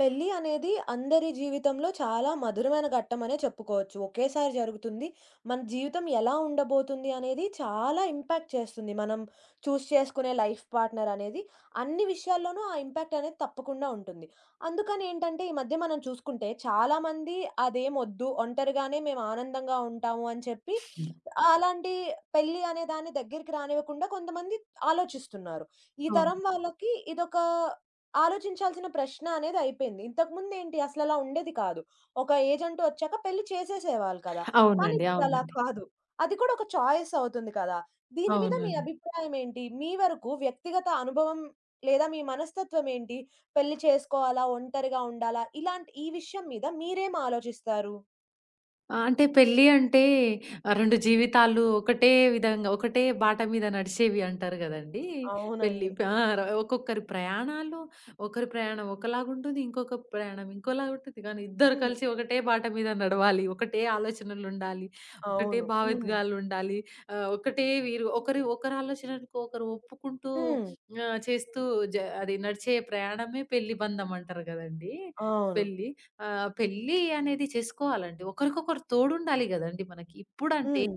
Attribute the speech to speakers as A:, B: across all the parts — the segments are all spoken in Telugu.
A: పెళ్లి అనేది అందరి జీవితంలో చాలా మధురమైన ఘట్టమనే చెప్పుకోవచ్చు. ఒకేసారి జరుగుతుంది. మన జీవితం ఎలా ఉండబోతుంది అనేది చాలా ఇంపాక్ట్ చేస్తుంది. మనం చూజ్ చేసుకునే లైఫ్ పార్ట్నర్ అనేది. అన్ని విషయాల్లోనూ ఆ ఇంపాక్ట్ అనేది తప్పకుండా ఉంటుంది. అందుకని ఏంటంటే ఈ మధ్య మనం చూసుకుంటే చాలామంది అదేమొద్దు ఒంటరిగానే మేము ఆనందంగా ఉంటాము అని చెప్పి అలాంటి పెళ్లి అనే దాన్ని దగ్గరికి రానివ్వకుండా కొంతమంది ఆలోచిస్తున్నారు. ఈ
B: అవును.
A: తరం వాళ్ళకి ఇదొక ఆలోచించాల్సిన ప్రశ్న అనేది అయిపోయింది. ఇంతకుముందేంటి అసలలా ఉండేది కాదు. ఒక ఏజ్ అంటూ వచ్చాక పెళ్లి చేసేసేవాళ్ళు కదా! కానీ
B: అవునండి.
A: ఇప్పుడలా
B: అవునండి.
A: కాదు. అది కూడా ఒక చాయిస్ అవుతుంది కదా! దీని మీద మీ
B: అవునండి.
A: అభిప్రాయం ఏంటి? మీ వరకు వ్యక్తిగత అనుభవం లేదా మీ మనస్తత్వం ఏంటి? పెళ్లి చేసుకోవాలా? ఒంటరిగా ఉండాలా? ఇలాంటి ఈ విషయం మీద మీరేం ఆలోచిస్తారు?
B: ఆ! అంటే పెళ్లి అంటే 2 జీవితాలు ఒకటే విధంగా ఒకటే బాట మీద నడిచేవి అంటారు గదండీ! పెళ్లి
A: అవునండి.
B: ఆ! ఒక్కొక్కరి ప్రయాణాలు ఒకరి ప్రయాణం ఒకలాగుంటుంది. ఇంకొక ప్రయాణం ఇంకోలాగుంటుంది. కానీ ఇద్దరు
A: హ్మ్.
B: కలిసి ఒకటే బాట మీద నడవాలి. ఒకటే ఆలోచనలుండాలి. ఒకటే
A: అవును. హ్మ్.
B: భావోద్వేగాలుండాలి. ఒకటే వీరు ఒకరి ఒకరి ఆలోచనలకు ఒకరు ఒప్పుకుంటూ
A: హ్మ్.
B: చేస్తూ జ అది నడిచే ప్రయాణమే పెళ్లి బంధం అంటారు గదండీ!
A: అవును.
B: పెళ్లి. పెళ్లి అనేది చేసుకోవాలండి. ఒకరికొకరు తోడుండాలి గదండీ మనకి. ఇప్పుడంటే
A: హ్మ్.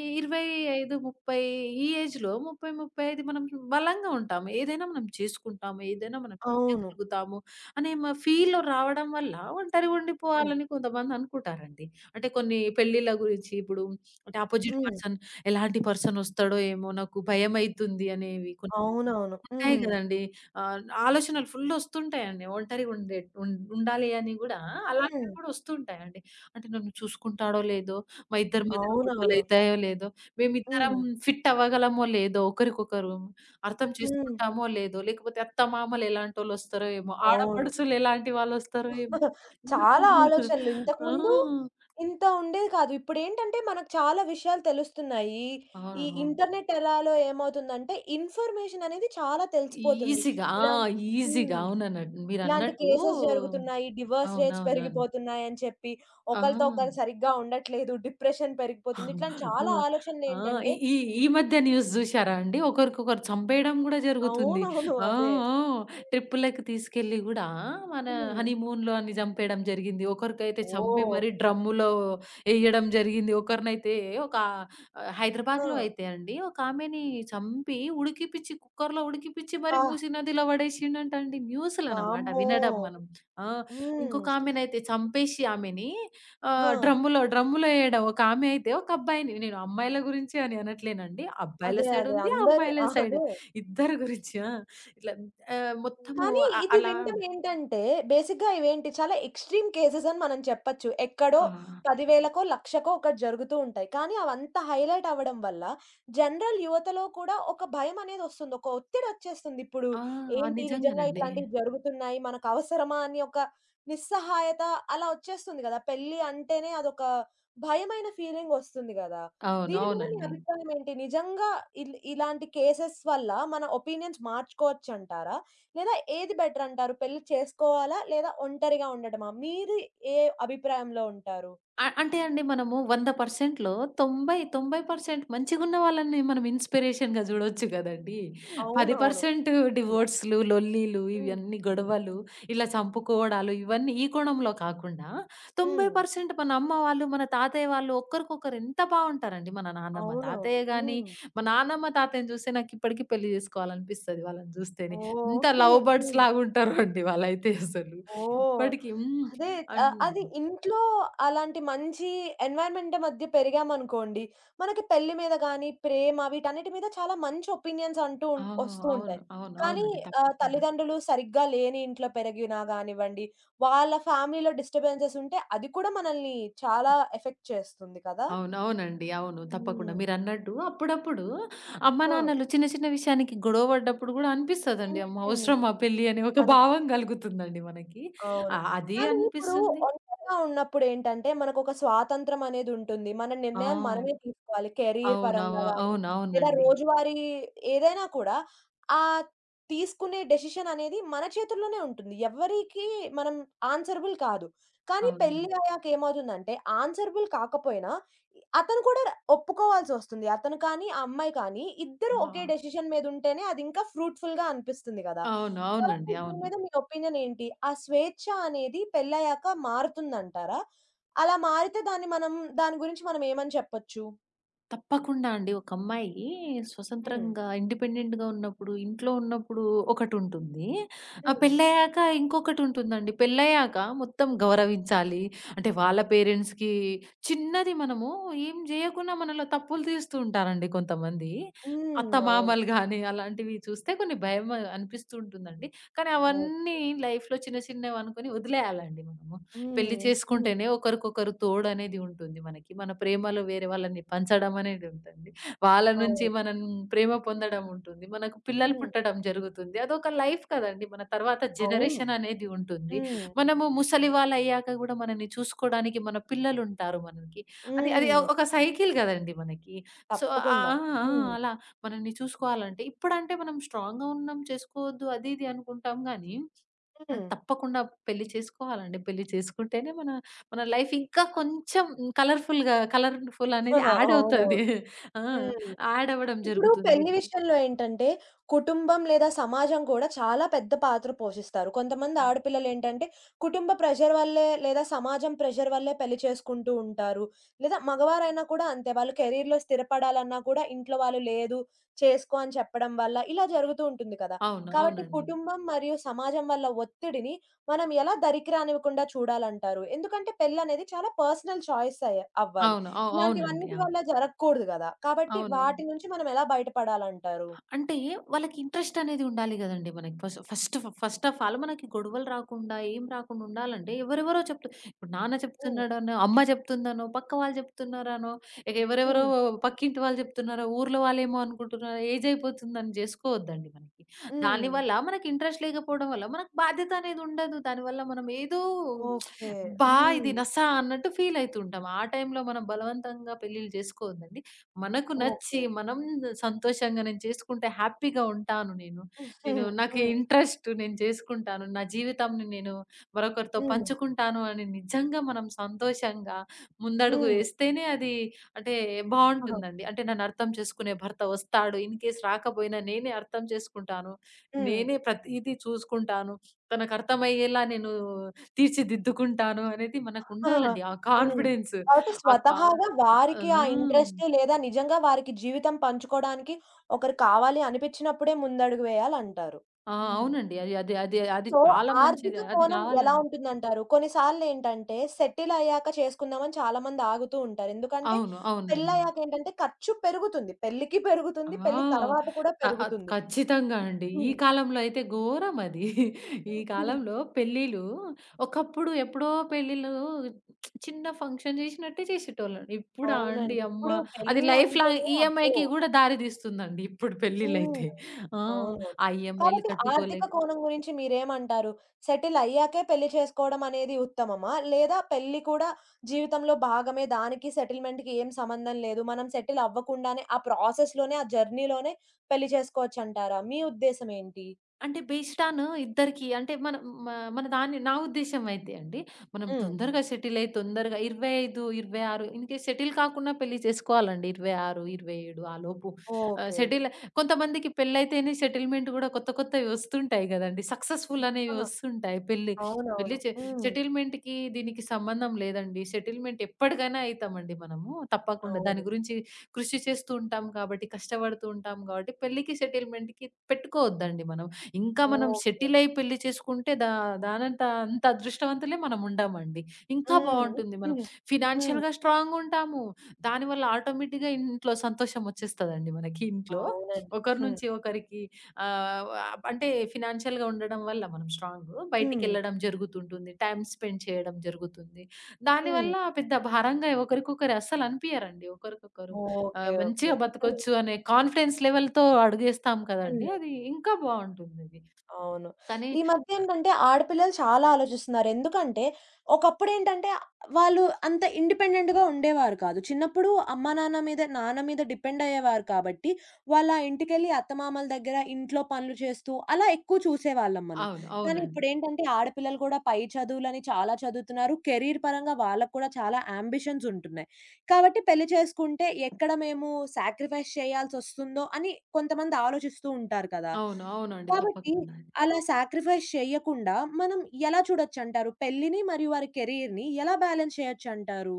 B: ఈ 25, 30 ఈ ఏజ్‌లో 30, 35 మనం బలంగా ఉంటాము. ఏదైనా మనం చేసుకుంటాము. ఏదైనా మనం
A: అవును.
B: చేయగలుగుతాము అనే ఫీల్‌లో రావడం వల్ల ఒంటరిగా
A: హ్మ్.
B: ఉండిపోవాలని కొంతమంది అనుకుంటారండి. అంటే కొన్ని పెళ్ళిళ్ళ గురించి ఇప్పుడు అంటే అపోజిట్
A: హ్మ్.
B: పర్సన్ ఎలాంటి పర్సనొస్తాడో ఏమో నాకు భయమైతుంది అనేవి కొన్ని
A: అవునవును.
B: ఉంటాయి
A: హ్మ్.
B: గదండీ. ఆహ్, ఆలోచనలు ఫుల్ ఒస్తుంటాయండి. ఒంటరిగా ఉండే ఉం ఉండాలి అని గూడా అలాంటివి
A: హ్మ్.
B: గూడా ఒస్తుంటాయండి. అంటే నన్ను చూసుకుంటాడో లేదో, మా ఇద్దరి మధ్యలో
A: అవునవును.
B: గొడవలైతాయో లేదో, మేమిద్దరం
A: హ్మ్.
B: ఫిట్ అవ్వగలమో లేదో, ఒకరికొకరు అర్థం
A: హ్మ్.
B: చేసుకుంటామో లేదో, లేకపోతే అత్తమామలు ఎలాంటోళ్ళొస్తారో ఏమో,
A: అవును.
B: ఆడపడుచులు ఎలాంటి వాళ్ళొస్తారో ఏమో.
A: చాలా ఆలోచనలు.
B: ఆ!
A: ఇంతకుముందు ఇంత ఉండేది కాదు. ఇప్పుడేంటంటే మనకు చాలా విషయాలు తెలుస్తున్నాయి. ఈ
B: అవునవును.
A: ఇంటర్నెట్ ఎలాలో ఏమవుతుందంటే ఇన్ఫర్మేషన్ అనేది చాలా తెలిసిపోతుంది.
B: ఈజీగా ఆ!
A: ఇలాం
B: ఈజీగా
A: హ్మ్.
B: అవుననండి.
A: ఇలాంటి
B: మీరన్నట్టు
A: కేసెస్ జరుగుతున్నాయి. డివోర్స్ రేట్స్
B: అవునవునండి.
A: పెరిగిపోతున్నాయని చెప్పి,
B: ఆ!
A: ఒకళ్ళతో ఒకళ్ళు సరిగ్గా ఉండట్లేదు. డిప్రెషన్ పెరిగిపోతుంది.
B: హ్మ్.
A: ఇట్లాంటి చాలా
B: ఆ!
A: ఆలోచనలేంటంటే
B: ఈ ఈ ఈ మధ్య న్యూస్ జూసారా అండి? ఒకరికొకరు చంపేయడం గూడా జరుగుతుంది.
A: అవునవును.
B: ఆ!
A: అదే.
B: ఆ! ట్రిప్పులకి తీసుకెళ్ళి గూడా మన
A: హ్మ్.
B: హనీమూన్‌లో అని జంపేయడం జరిగింది. ఒకరికైతే చంపి
A: ఓహ్!
B: మరి డ్రమ్ములో ఎయ్యడం జరిగింది. ఒక
A: ఆ!
B: హైదరాబాద్‌లో అయితే అండి ఒకామెని చంపి ఉడికిపిచ్చి కుక్కర్‌లో ఉడికిపిచ్చి మరి
A: అబ్బా!
B: మూసీ నదిలో పడేసిండంట అండి. న్యూస్‌లనమాట
A: వామ్మో!
B: వినడం మనం. ఆ!
A: హ్మ్. హ్మ్.
B: ఇంకొకామెనైతే చంపేసి ఆమెని ఆ!
A: ఆ!
B: డ్రమ్ములో ఏయడం. ఒక ఆమె అయితే ఒక అబ్బాయిని నేను అమ్మాయిల గురించి అని అనట్లేనండి. అబ్బాయిల
A: అదే.
B: సైడ్
A: అదే.
B: ఉంది,
A: అందరూ
B: అమ్మాయిల సైడ్
A: అదే.
B: ఇద్దరి గురించి. ఆ! ఇట్లా ఆహ్, మొత్తము
A: కానీ
B: అ
A: ఇది
B: అలా
A: వినడం ఏంటంటే, బేసిక్‌గా ఇవేంటి చాలా ఎక్స్‌ట్రీమ్ కేసెస్ అని మనం చెప్పొచ్చు. ఎక్కడో
B: ఆ!
A: 10,000కో, లక్షకో ఒకటి జరుగుతూ ఉంటాయి. కానీ అవంతా హైలైట్ అవ్వడం వల్ల జనరల్ యువతలో కూడా ఒక భయమనేది ఒస్తుంది. ఒక ఒత్తిడొచ్చేస్తుంది. ఇప్పుడు
B: ఆ! ఆ!
A: ఏంటి నిజంగా
B: నిజంగానండి.
A: ఇట్లాంటివి జరుగుతున్నాయి. మనకవసరమా అని ఒక నిస్సహాయత అలా ఒచ్చేస్తుంది గదా! పెళ్లి అంటేనే అదొక భయమైన ఫీలింగ్ ఒస్తుంది గదా!
B: అవును.
A: దీని మీద మీ
B: అవునండి.
A: అభిప్రాయం ఏంటి? నిజంగా ఇలాంటి కేసెస్ వల్ల మన ఒపీనియన్స్ మార్చుకోవచ్చంటారా? లేదా ఏది బెటర్ అంటారు? పెళ్లి చేసుకోవాలా? లేదా ఒంటరిగా ఉండడమా? మీరు ఏ అభిప్రాయంలో ఉంటారు?
B: అంటే అండి మనము 100%లో 90% మంచిగున్న వాళ్ళని మనం ఇన్‌స్పిరేషన్‌గా జూడొచ్చు గదండీ!
A: అవునవును.
B: 10%
A: తప్పకుండా.
B: డివోర్స్‌లు, లొల్లీలు,
A: హ్మ్.
B: ఇవన్నీ గొడవలు, ఇలా చంపుకోవడాలు ఇవన్నీ ఈ కోణంలో కాకుండా
A: హ్మ్.
B: 90% మన అమ్మ వాళ్ళు, మన తాతయ్య వాళ్ళు ఒకరికొకరు ఎంత బావుంటారండి. మన నానమ్మ,
A: అవునవును.
B: తాతయ్య గాని,
A: హ్మ్.
B: మా నానమ్మ, తాతయ్యని చూస్తే నాకిప్పటికి పెళ్లి జేసుకోవాలనిపిస్తది వాళ్ళని జూస్తేనే. ఇంత
A: ఓహ్!
B: లవ్
A: హ్మ్.
B: బర్డ్స్ లాగుంటారో అండి వాళ్ళైతే అసలు.
A: ఓహ్!
B: ఇప్పటికి హ్మ్.
A: అదే
B: అన్
A: అది ఇంట్లో అలాంటి మంచి ఎన్విరాన్మెంట్ మధ్య పెరిగామనుకోండి, మనకి పెళ్లి మీద గాని, ప్రేమ వీటన్నిటి మీద చాలా మంచి ఒపీనియన్స్ అంటూ
B: ఆ!
A: వస్తూ ఉంటాయి.
B: అవును. అవును.
A: కానీ
B: అవునండి. తప్పకుండా.
A: తల్లిదండ్రులు సరిగ్గా లేని ఇంట్లో పెరిగినా గానివ్వండి, వాళ్ళ ఫ్యామిలీలో డిస్టర్బెన్సెస్ ఉంటే అది కూడా మనల్ని చాలా ఎఫెక్ట్ చేస్తుంది కదా!
B: అవును. అవునండి. అవును.
A: హ్మ్.
B: తప్పకుండా. మీరన్నట్టు అప్పుడప్పుడు అమ్మా,
A: ఆ!
B: నాన్నలు చిన్న, చిన్న విషయానికి గొడవ పడ్డప్పుడు గూడా అనిపిస్తదండి. అమ్మ!
A: హ్మ్.
B: అవసరమా పెళ్లి అనే ఒక
A: మన
B: భావం కలుగుతుందండి మనకి.
A: అవును.
B: అది
A: కానీ ఇప్పుడు
B: అనిపిస్తుంది.
A: ఒంటరిగా ఉన్నప్పుడేంటంటే, మనకొక స్వాతంత్రం అనేదుంటుంది. మన నిర్ణయాన్ని
B: ఆ!
A: మనమే తీసుకోవాలి. కెరీర్
B: అవునవ
A: పరంగా గానీ, లేదా
B: అవునవునండి.
A: రోజువారీ ఏదైనా కూడా, ఆహ్, తీసుకునే డెసిషన్ అనేది మన చేతుల్లోనే ఉంటుంది. ఎవ్వరికీ మనం ఆన్సరబుల్ కాదు. కానీ
B: అవును.
A: పెళ్లి అయ్యాక ఏమవుతుందంటే, ఆన్సరబుల్ కాకపోయినా, అతను కూడా ఒప్పుకోవాల్సొస్తుంది. అతను కానీ, ఆ అమ్మాయి కానీ ఇద్దరు
B: ఆ!
A: ఒకే డెసిషన్ మీదుంటేనే అదింకా ఫ్రూట్‌ఫుల్‌గా అనిపిస్తుంది గదా!
B: అవును.
A: కాబట్టి
B: అవునండి.
A: దీని
B: అవును.
A: మీద మీ ఒపీనియన్ ఏంటి? ఆ స్వేచ్ఛ అనేది పెళ్లయ్యాక మారుతుందంటారా? అలా మారితే దాన్ని మనం దాని గురించి మనం ఏమని చెప్పొచ్చు?
B: తప్పకుండా అండి. ఒక అమ్మాయి
A: హ్మ్.
B: స్వతంత్రంగా, ఇండిపెండెంట్‌గా ఉన్నప్పుడు, ఇంట్లో ఉన్నప్పుడు ఒకటుంటుంది. ఆ
A: హ్మ్.
B: పెళ్ళయ్యాక ఇంకొకటుంటుందండి. పెళ్ళయ్యాక మొత్తం గౌరవించాలి. అంటే వాళ్ళ పేరెంట్స్‌కి చిన్నది మనము ఏం జేయకున్నా మనలో తప్పులు తీస్తూ ఉంటారండి కొంతమంది.
A: హ్మ్. అవును.
B: అత్తమామలు గాని అలాంటివి చూస్తే కొన్ని భయం అనిపిస్తూ ఉంటుందండి. కానీ
A: అవును.
B: అవన్నీ లైఫ్‌లో చిన్న చిన్నవనుకొని వదిలేయాలండి మనము. పెళ్లి
A: హ్మ్. హ్మ్.
B: చేసుకుంటేనే ఒకరికొకరు తోడనేది ఉంటుంది మనకి. మన ప్రేమలో వేరే వాళ్ళని పంచడం అనేది ఉంటుంది. వాళ్ళ నుంచి
A: అవును.
B: మనం ప్రేమ పొందడం ఉంటుంది. మనకు పిల్లలు
A: హ్మ్.
B: పుట్టడం జరుగుతుంది. అదొక లైఫ్ కదండీ! మన తర్వాత
A: అవును.
B: జనరేషన్ అనేది ఉంటుంది.
A: హ్మ్.
B: మనము ముసలి వాళ్ళయ్యాక గూడా మనల్ని చూసుకోడానికి మన పిల్లలుంటారు మనకి. అది అది
A: హ్మ్.
B: ఒక సైకిల్ గదండీ మనకి. సో ఆ!
A: తప్పకుండా.
B: ఆ!
A: హ్మ్.
B: అలా మనల్ని చూసుకోవాలంటే ఇప్పుడంటే మనం స్ట్రాంగ్‌గా ఉన్నాం, చేసుకోవద్దు అది ఇది అనుకుంటాం గానీ
A: హ్మ్.
B: తప్పకుండా పెళ్లి చేసుకోవాలండి. పెళ్లి చేసుకుంటేనే మన, మన లైఫ్ ఇంకా కొంచెం కలర్‌ఫుల్ అనేది యాడ్
A: అవునవును.
B: అవుతది. ఆ!
A: హ్మ్.
B: యాడ్ అవ్వడం
A: ఇప్పుడు
B: జరుగుతుంది.
A: పెళ్లి విషయంలో ఏంటంటే, కుటుంబం లేదా సమాజం కూడా చాలా పెద్ద పాత్ర పోషిస్తారు. కొంతమంది ఆడపిల్లలేంటంటే, కుటుంబ ప్రెషర్ వల్లే లేదా సమాజం ప్రెషర్ వల్లే పెళ్లి చేసుకుంటూ ఉంటారు. లేదా మగవారైనా కూడా అంతే. వాళ్ళు కెరీర్‌లో స్థిరపడాలన్నా కూడా ఇంట్లో వాళ్ళు లేదు, చేసుకో అని చెప్పడం వల్ల ఇలా జరుగుతూ ఉంటుంది కదా!
B: అవును.
A: కాబట్టి
B: అవునండి.
A: కుటుంబం మరియు సమాజం వల్ల ఒత్తిడిని మనం ఎలా దరికి రానివ్వకుండా చూడాలంటారు? ఎందుకంటే పెళ్లనేది చాలా పర్సనల్ చాయిస్ అయ్యే అవ్వాలి.
B: అవును. అవు అవునండి.
A: ఇలాంటివన్నిటి
B: అవును.
A: వల్ల జరగకూడదు గదా! కాబట్టి
B: అవును.
A: వాటి నుంచి మనం ఎలా బయటపడాలంటారు?
B: అంటే వాళ్ళకి ఇంట్రెస్ట్ అనేది ఉండాలి గదండీ! మనకి first first first of all మనకి గొడవలు రాకుండా, ఏం రాకుండా ఉండాలంటే ఎవరెవరో చెప్తు ఇప్పుడు నాన్న
A: హ్మ్.
B: చెప్తున్నాడనో, అమ్మ చెప్తుందనో, పక్క వాళ్ళు చెప్తున్నారనో, ఇక ఎవరెవరో
A: హ్మ్.
B: పక్కింటి వాళ్ళు చెప్తున్నారో, ఊర్లో వాళ్ళేమో అనుకుంటున్నారో, ఏజ్ అయిపోతుందని చేసుకోవద్దండి మనకి.
A: హ్మ్.
B: దానివల్ల మనకి ఇంట్రెస్ట్ లేకపోవడం వల్ల మనకు బాధ్యత అనేది ఉండదు. దానివల్ల మనం ఏదో
A: ఓకే.
B: "అబ్బా! ఇది
A: హ్మ్.
B: నస" అన్నట్టు ఫీల్ అయితుంటాం. ఆ టైంలో మనం బలవంతంగా పెళ్ళిళ్ళు చేసుకోవద్దండి. మనకు నచ్చి
A: ఓకే.
B: మనం సంతోషంగా నేను చేసుకుంటే హ్యాపీగా ఉంటాను నేను. నేను
A: హ్మ్.
B: నాకు
A: హ్మ్.
B: ఇంట్రెస్ట్ నేను చేసుకుంటాను. నా జీవితాన్ని నేను మరొకరితో
A: హ్మ్.
B: పంచుకుంటాను అని నిజంగా మనం సంతోషంగా ముందడుగు
A: హ్మ్.
B: వేస్తేనే అది అంటే
A: ఆహా!
B: బావుంటుందండి. అంటే నన్ను అర్థం చేసుకునే భర్త వస్తాడు. ఇన్ కేస్ రాకపోయినా నేనే అర్థం చేసుకుంటాను.
A: హ్మ్.
B: నేనే ప్రతీది చూసుకుంటాను. తనకు అర్థమయ్యేలా నేను తీర్చిదిద్దుకుంటాను అనేది మనకు
A: ఆహాహా!
B: ఉండాలండి. ఆ
A: హ్మ్.
B: కాన్ఫిడెన్స్.
A: కాబట్టి
B: ఆ కాన్
A: స్వతహాగా
B: ఆ!
A: వారికి ఆ ఇంట్రెస్ట్ లేదా నిజంగా వారికి జీవితం పంచుకోవడానికి ఒకరు కావాలి అనిపించినప్పుడే ముందడుగు వేయాలంటారు.
B: ఆ!
A: హ్మ్.
B: అవునండి. అది అది అది అది
A: ఇంట్లో
B: చాలా
A: ఆర్థిక
B: మంచిది. అది
A: కోణం ఎలా
B: కావాలండి.
A: ఉంటుందంటారు? కొన్నిసార్లేంటంటే సెటిల్ అయ్యాక చేసుకుందామని చాలామంది ఆగుతూ ఉంటారు. ఎందుకంటే
B: అవును. అవునండి.
A: పెళ్లయ్యాక ఏంటంటే ఖర్చు పెరుగుతుంది. పెళ్లికి పెరుగుతుంది. పెళ్లి
B: ఆ!
A: తర్వాత కూడా
B: అ అ
A: పెరుగుతుంది.
B: ఖచ్చితంగా అండి. ఈ
A: హ్మ్.
B: కాలంలో అయితే ఘోరం అది. ఈ
A: హ్మ్.
B: కాలంలో పెళ్ళిలు ఒకప్పుడు ఎప్పుడో పెళ్ళిలు చిన్న ఫంక్షన్ చేసినట్టే చేసేటోళ్ళండి. ఇప్పుడా అండి
A: అవునండి.
B: అమ్మ!
A: ఇప్పుడు
B: అది లైఫ్
A: పెళ్ళంటేనే
B: లాంగ్
A: అబ్బో!
B: ఈఎంఐకి కూడా దారి తీస్తుందండి ఇప్పుడు
A: హ్మ్.
B: పెళ్ళిళ్ళైతే. ఆ!
A: అవును.
B: ఆ ఈఎంఐలు
A: కాబట్టి ఆర్థిక
B: కట్టుకోలేక
A: కోణం గురించి మీరేమంటారు? సెటిల్ అయ్యాకే పెళ్లి చేసుకోవడం అనేది ఉత్తమమా? లేదా పెళ్లి కూడా జీవితంలో భాగమే దానికి సెటిల్‌మెంట్‌కి ఏం సంబంధం లేదు. మనం సెటిల్ అవ్వకుండానే ఆ ప్రాసెస్‌లోనే, ఆ జర్నీలోనే పెళ్లి చేసుకోవచ్చంటారా? మీ ఉద్దేశ్యం ఏంటి?
B: అంటే బేస్డ్ ఆన్ ఇద్దరికీ అంటే మనం మ మన దాన్ని నా ఉద్దేశ్యం అయితే అండి. మనం
A: హ్మ్.
B: తొందరగా సెటిల్ అయ్యి తొందరగా 25, 26 ఇన్‌కేస్ సెటిల్ కాకున్నా పెళ్లి చేసుకోవాలండి. 26, 27 ఆ లోపు ఆహ్,
A: ఓకే.
B: సెటిల్ కొంతమందికి పెళ్లయితేనే సెటిల్‌మెంట్ గూడా కొత్త కొత్తవి వస్తుంటాయి గదండీ. సక్సెస్‌ఫుల్ అనేవి
A: ఆహా!
B: వస్తుంటాయి. పెళ్లి పెళ్లి
A: అవునవును.
B: చే
A: హ్మ్.
B: సెటిల్‌మెంట్‌కి దీనికి సంబంధం లేదండి. సెటిల్‌మెంట్ ఎప్పటికైనా అయితామండి మనము. తప్పకుండా దాని
A: అవును.
B: గురించి కృషి చేస్తూ ఉంటాం కాబట్టి, కష్టపడుతూ ఉంటాం కాబట్టి పెళ్లికి, సెటిల్‌మెంట్‌కి పెట్టుకోవద్దండి మనం. ఇంకా మనం
A: ఓకే.
B: సెటిల్ అయ్యి పెళ్లి చేసుకుంటే దానంత అంత అదృష్టవంతులే మనం ఉండమండి. ఇంకా
A: హ్మ్.
B: బావుంటుంది మనం.
A: హ్మ్. హ్మ్.
B: ఫినాన్షియల్‌గా స్ట్రాంగుంటాము. దానివల్ల ఆటోమేటిక్‌గా ఇంట్లో సంతోషం వచ్చేస్తదండి మనకి ఇంట్లో.
A: అవునండి.
B: ఒకరి
A: హ్మ్.
B: నుంచి ఒకరికి ఆహ్, అంటే ఫినాన్షియల్‌గా ఉండడం వల్ల మనం స్ట్రాంగు
A: హ్మ్.
B: బయటికెళ్ళడం జరుగుతుంటుంది. టైమ్ స్పెండ్ చేయడం జరుగుతుంది.
A: హ్మ్.
B: దానివల్ల పెద్ద భారంగా ఒకరికొకరు అస్సలు అనిపియరండి ఒకరికొకరు.
A: ఓకే. ఓకే.
B: మంచిగా
A: హ్మ్.
B: బతకొచ్చు అనే కాన్ఫిడెన్స్ లెవెల్‌తో అడుగేస్తాం
A: హ్మ్.
B: కదండీ! అది ఇంకా బావుంటుందది.
A: అవును.
B: కానీ
A: ఈ మధ్య ఏంటంటే ఆడపిల్లలు చాలా ఆలోచిస్తున్నారు. ఎందుకంటే ఒకప్పుడేంటంటే వాళ్ళు అంత ఇండిపెండెంట్‌గా ఉండేవారు కాదు. చిన్నప్పుడు అమ్మా, నాన్న మీద డిపెండ్ అయ్యేవారు కాబట్టి వాళ్ళ ఇంటికెళ్ళి అత్తమామల దగ్గర ఇంట్లో పనులు చేస్తూ అలా ఎక్కువ చూసేవాళ్ళం మనం.
B: అవును.
A: కానీ
B: అవునండి.
A: ఇప్పుడేంటంటే ఆడపిల్లలు కూడా పై చదువులని చాలా చదువుతున్నారు. కెరీర్ పరంగా వాళ్ళకి కూడా చాలా యాంబిషన్స్ ఉంటున్నాయి. కాబట్టి పెళ్లి చేసుకుంటే ఎక్కడ మేము సాక్రిఫైస్ చేయాల్సొస్తుందో అని కొంతమంది ఆలోచిస్తూ ఉంటారు కదా!
B: అవును. అవునండి.
A: కాబట్టి
B: తప్పకుండా అండి.
A: అలా సాక్రిఫైస్ చేయకుండా మనం ఎలా చూడొచ్చంటారు? పెళ్లిని మరియు వారి కెరియర్‌ని ఎలా బ్యాలెన్స్ చేయొచ్చంటారు?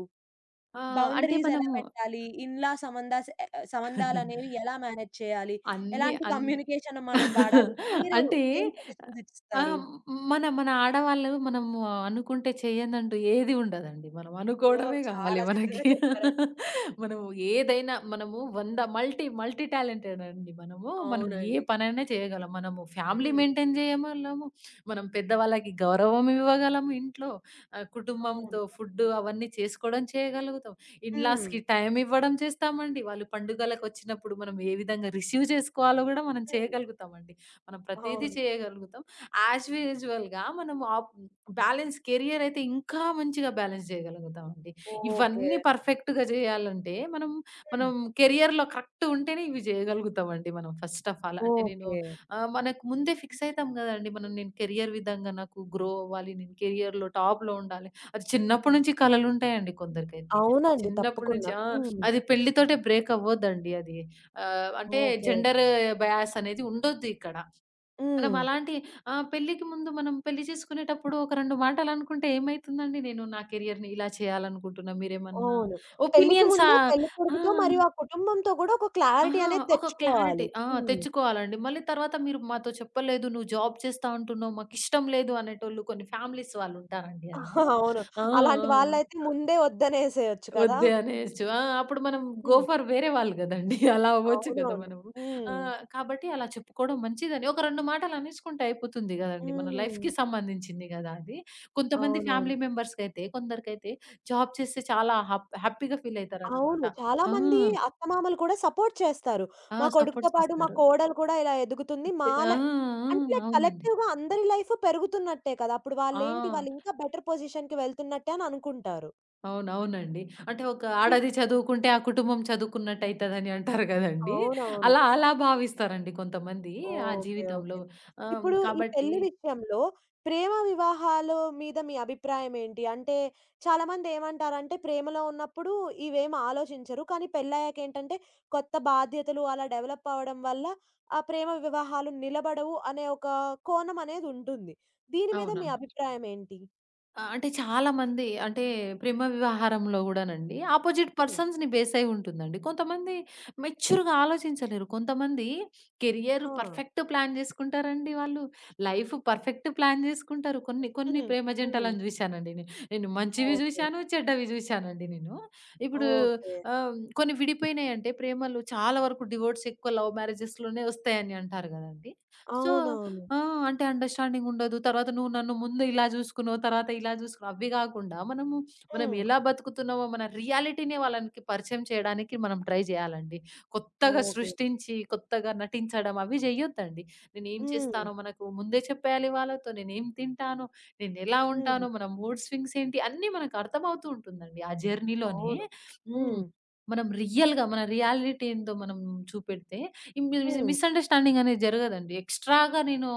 B: ఆ! అంటే
A: బౌండరీస్ ఎలా
B: మనము
A: పెట్టాలి? ఇన్‌లా సంబంధాస్ ఎ ఆహ్, సంబంధాలనేవి ఎలా మేనేజ్ చేయాలి?
B: అన్ని
A: ఎలాంటి
B: అన్ని
A: కమ్యూనికేషన్ మనం వాడాలి? మీరు
B: అంటే
A: ఏం సజెషన్స్
B: ఆ!
A: ఇస్తారు?
B: మన మన ఆడవాళ్ళు మనము అనుకుంటే చేయనంటూ ఏది ఉండదండి. మనం
A: ఓహ్!
B: అనుకోవడమే కావాలి
A: చాలా
B: మనకి.
A: చక్కగా చెప్పారండి.
B: మనము ఏదైనా మనము 100 మల్టీ మల్టీ టాలెంటెడ్ అండి మనము. మనం ఏ
A: అవునండి.
B: పనైనా చేయగలం. మనము ఫ్యామిలీ
A: హ్మ్.
B: మెయింటైన్ చేయగలము. మనం పెద్దవాళ్ళకి గౌరవం ఇవ్వగలము ఇంట్లో.
A: అవును.
B: కుటుంబంతో ఫుడ్డు అవన్నీ చేసుకోవడం చేయగలుగుతాం.
A: హ్మ్.
B: ఇన్‌లాస్‌కి టైం ఇవ్వడం చేస్తామండి. వాళ్ళు పండుగలకొచ్చినప్పుడు మనం ఏ విధంగా రిసీవ్ చేసుకోవాలో గూడా మనం
A: హ్మ్.
B: చేయగలుగుతామండి. మనం ప్రతీదీ
A: అవును.
B: చేయగలుగుతాం. యాజ్ యూజువల్‌గా మనం ఆప్ బ్యాలెన్స్ కెరియర్ అయితే ఇంకా మంచిగా బ్యాలెన్స్ చేయగలుగుతామండి.
A: ఓకే.
B: ఇవన్నీ పర్ఫెక్ట్‌గా చేయాలంటే మనం
A: హ్మ్.
B: కెరియర్‌లో కరెక్ట్ ఉంటేనే ఇవి చేయగలుగుతామండి మనం ఫస్ట్ ఆఫ్ ఆల్.
A: ఓకే.
B: మనకు ముందే ఫిక్స్ అయితాం గదండీ మనం నేను కెరియర్ విధంగా నాకు గ్రో అవ్వాలి. నేను కెరియర్‌లో టాప్‌లో ఉండాలి. అది చిన్నప్పటి నుంచి కలలుంటాయండి కొందరికైతే.
A: అవునండి.
B: చిన్నప్పటి
A: తప్పకుండా.
B: నుంచి ఆ!
A: హ్మ్.
B: అది పెళ్లితోటే బ్రేక్ అవ్వొద్దండి అది. ఆహ్, అంటే
A: ఓకే.
B: జెండర్ బయాస్ అనేది ఉండొద్దు ఇక్కడ. మనం
A: హ్మ్.
B: అలాంటి ఆ! పెళ్ళికి ముందు మనం పెళ్లి చేసుకునేటప్పుడు ఒక 2 మాటలు అనుకుంటే ఏమైతుందండి? నేను నా కెరియర్‌ని ఇలా చేయాలనుకుంటున్నా. మీరేమన్నా
A: అవును. పెళ్ళికి
B: ఒపీనియన్సా
A: ముందే
B: ఆ!
A: పెళ్ళికొడుకుతో మరియు ఆ కుటుంబంతో గూడా ఒక క్లారిటీ
B: ఆహా!
A: అనేది
B: ఒక క్లారిటీ
A: తెచ్చుకోవాలి.
B: ఆ!
A: హ్మ్.
B: తెచ్చుకోవాలండి. మళ్ళీ తర్వాత మీరు మాతో చెప్పలేదు. నువ్వు జాబ్ చేస్తా అంటున్నావు. మాకిష్టం లేదు అనేటోళ్ళు కొన్ని ఫ్యామిలీస్ వాళ్ళుంటారండి అలా.
A: అవును.
B: ఆ!
A: అలాంటి
B: ఆ!
A: వాళ్ళైతే ముందే వద్దనేసేయొచ్చు కదా!
B: వద్దే అనేయొచ్చు. అప్పుడు మనం గో
A: హ్మ్.
B: ఫర్ వేరే వాళ్ళు గదండీ! అలా అవ్వచ్చు గదా!
A: అవునవును.
B: మనము.
A: హ్మ్.
B: కాబట్టి అలా చెప్పుకోవడం మంచిదని ఒక 2 మాటలు అనేసుకుంటే అయిపోతుంది గదండీ! మన
A: హ్మ్.
B: లైఫ్‌కి సంబంధించింది గదా! అది. కొంతమంది
A: అవునవును.
B: ఫ్యామిలీ మెంబర్స్‌కైతే కొందరికైతే జాబ్ చేస్తే చాలా హ్యాపీగా ఫీల్ అయితారన్నమాట.
A: అవును. చాలా
B: ఆ!
A: మంది అత్తమామలు కూడా సపోర్ట్ చేస్తారు.
B: ఆ!
A: మా కొడుకుతో
B: సపోర్ట్
A: పాటు మా
B: చేస్తారు.
A: కోడలు కూడా ఇలా ఎదుగుతుంది.
B: చే
A: మా
B: ఆ!
A: లై అంటే
B: ఆ!
A: లైక్
B: అవునండి.
A: కలెక్టివ్‌గా అందరి లైఫ్ పెరుగుతున్నట్టే కదా! అప్పుడు
B: ఆ!
A: వాళ్ళేంటి వాళ్ళింకా బెటర్ పొజిషన్‌కి వెళ్తున్నట్టే అని అనుకుంటారు.
B: అవునవునండి. అంటే ఒక
A: హ్మ్.
B: ఆడది చదువుకుంటే ఆ కుటుంబం చదువుకున్నట్టయితదని అంటారు గదండీ!
A: అవునవును.
B: అలా అలా భావిస్తారండి కొంతమంది ఆ
A: ఓకే. ఓకే.
B: జీవితంలో. ఆహ్,
A: ఇప్పుడు ఈ
B: కాబట్టి
A: పెళ్లి విషయంలో ప్రేమ వివాహాలు మీద మీ అభిప్రాయం ఏంటి? అంటే చాలామంది ఏమంటారంటే ప్రేమలో ఉన్నప్పుడు ఇవేమి ఆలోచించరు. కానీ పెళ్లయ్యాక ఏంటంటే కొత్త బాధ్యతలు అలా డెవలప్ అవ్వడం వల్ల ఆ ప్రేమ వివాహాలు నిలబడవు అనే ఒక కోణం అనేది ఉంటుంది. దీని మీద
B: అవునా!
A: మీ అభిప్రాయం ఏంటి?
B: అంటే చాలామంది అంటే ప్రేమ వ్యవహారంలో గూడానండి అపోజిట్
A: హ్మ్.
B: పర్సన్స్‌ని బేస్ అయి ఉంటుందండి. కొంతమంది మెచ్యూర్‌గా ఆలోచించలేరు. కొంతమంది కెరియర్
A: హా!
B: పర్ఫెక్ట్ ప్లాన్ జేసుకుంటారండి వాళ్ళు. లైఫ్ పర్ఫెక్ట్ ప్లాన్ జేసుకుంటారు. కొన్ని కొన్ని
A: హుహు.
B: ప్రేమ
A: హ్మ్.
B: జంటలను జూశానండి నేను. నేను మంచివి
A: ఓకే.
B: జూశాను, చెడ్డవి జూశానండి నేను. ఇప్పుడు
A: ఓకే.
B: కొన్ని విడిపోయినాయంటే ప్రేమలు చాలా వరకు డివోర్స్ ఎక్కువ లవ్ మ్యారేజెస్‌లోనే ఒస్తాయని అంటారు గదండీ. సో
A: అవునవును.
B: ఆ! అంటే అండర్‌స్టాండింగ్ ఉండదు. తర్వాత నువ్వు నన్ను ముందు ఇలా జూసుకున్నావు, తర్వాత ఇలా జూసుకున్నావు. అవి గాకుండా మనం
A: హ్మ్.
B: ఎలా బతుకుతున్నామో మన రియాలిటీ‌ని వాళ్ళనికి పరిచయం చేయడానికి మనం ట్రై జేయాలండి. కొత్తగా
A: ఓకే.
B: సృష్టించి, కొత్తగా నటించడం అవి జేయొద్దండి. నేనేం
A: హ్మ్.
B: చేస్తానో మనకు ముందే చెప్పేయాలి వాళ్ళతో. నేనేం తింటాను, నేనెలా
A: హ్మ్.
B: ఉంటాను, మన మూడ్ స్వింగ్స్ ఏంటి అన్నీ మనకు అర్థమవుతూ ఉంటుందండి. ఆ జర్నీలోనే
A: అవును.
B: హ్మ్.
A: హ్మ్.
B: మనం రియల్‌గా మన రియాలిటీ ఏందో మనం చూపెడితే ఈ మి మిస్
A: హ్మ్.
B: మిస్‌అండర్‌స్టాండింగ్ అనేది జరగదండి. ఎక్స్‌ట్రా‌గా నేను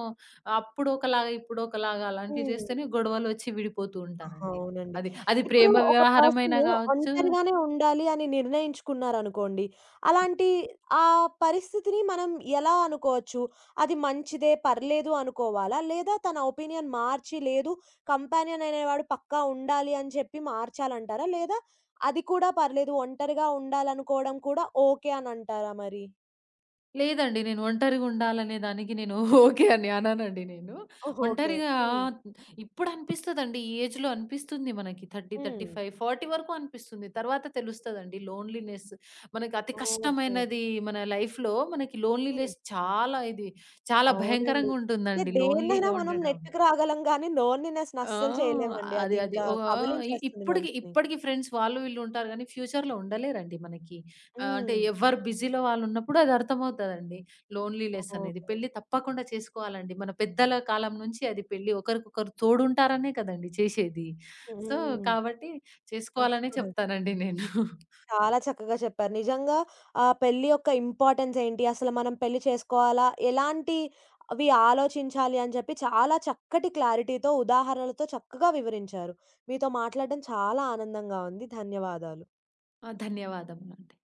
B: అప్పుడు ఒకలాగా, ఇప్పుడు ఒకలాగా అలాంటివి
A: హ్మ్.
B: చేస్తేనే గొడవలొచ్చి విడిపోతూ ఉంటారండి.
A: అవునండి.
B: అది అది
A: ఇప్పుడు
B: ప్రేమ
A: ఒక పర్సన్
B: వ్యవహారమైనా గావచ్చు
A: ఒంటరిగానే ఉండాలి అని నిర్ణయించుకున్నారనుకోండి. అలాంటి ఆ పరిస్థితిని మనం ఎలా అనుకోవచ్చు? అది మంచిదే, పర్లేదు అనుకోవాలా? లేదా తన ఒపీనియన్ మార్చి, లేదు కంపానియన్ అనేవాడు పక్కా ఉండాలి అని చెప్పి మార్చాలంటారా? లేదా అది కూడా పర్లేదు, ఒంటరిగా ఉండాలనుకోవడం కూడా ఓకే అనంటారా మరి?
B: లేదండి. నేను ఒంటరిగా ఉండాలనే దానికి నేను ఓకే అని అననండి నేను.
A: ఓహ్! ఓకే.
B: ఒంటరిగా
A: హ్మ్.
B: ఇప్పుడు అనిపిస్తదండి. ఈ ఏజ్‌లో అనిపిస్తుంది మనకి 30,
A: హ్మ్.
B: 35, 40 వరకు అనిపిస్తుంది. తర్వాత తెలుస్తదండి లోన్‌లీనెస్ మనకి అతి
A: ఓకే.
B: కష్టమైనది మన లైఫ్‌లో మనకి
A: హ్మ్.
B: లోన్‌లీనెస్ చాలా ఇది చాలా
A: అవునండి.
B: భయంకరంగా
A: అంటే
B: ఉంటుందండి
A: దేన్నైనా
B: లోన్‌లీగా
A: మనం
B: ఉండడం.
A: నెట్టుకు రాగలం గానీ, లోన్‌లీనెస్‌ని
B: ఆ!
A: అస్సలు చేయలేమండి.
B: అది
A: అది
B: అది.
A: ఇంకా
B: ఒగ ఇ
A: కబళించేస్తుంది
B: ఇప్పటికి
A: మనిషిని.
B: ఇప్పటికి ఫ్రెండ్స్ వాళ్ళు వీళ్ళు ఉంటారు గానీ, ఫ్యూచర్‌లో ఉండలేరండి మనకి. ఆహ్, అంటే
A: హ్మ్.
B: ఎవరు బిజీలో వాళ్ళున్నప్పుడు అది అర్థమవుతదండి. లోన్లీనెస్ అనేది.
A: ఓకే.
B: పెళ్లి తప్పకుండా చేసుకోవాలండి. మన పెద్దల కాలం నుంచి అది పెళ్లి ఒకరికొకరు తోడుంటారనే కదండీ చేసేది. సో,
A: హ్మ్.
B: కాబట్టి చేసుకోవాలనే చెప్తానండి నేను.
A: చాలా చక్కగా చెప్పారు. నిజంగా పెళ్లి యొక్క ఇంపార్టెన్స్ ఏంటి? అసలు మనం పెళ్లి చేసుకోవాలా? ఎలాంటి అవి ఆలోచించాలి అని చెప్పి చాలా చక్కటి క్లారిటీతో, ఉదాహరణలతో చక్కగా వివరించారు. మీతో మాట్లాడడం చాలా ఆనందంగా ఉంది. ధన్యవాదాలు.
B: ధన్యవాదములండి.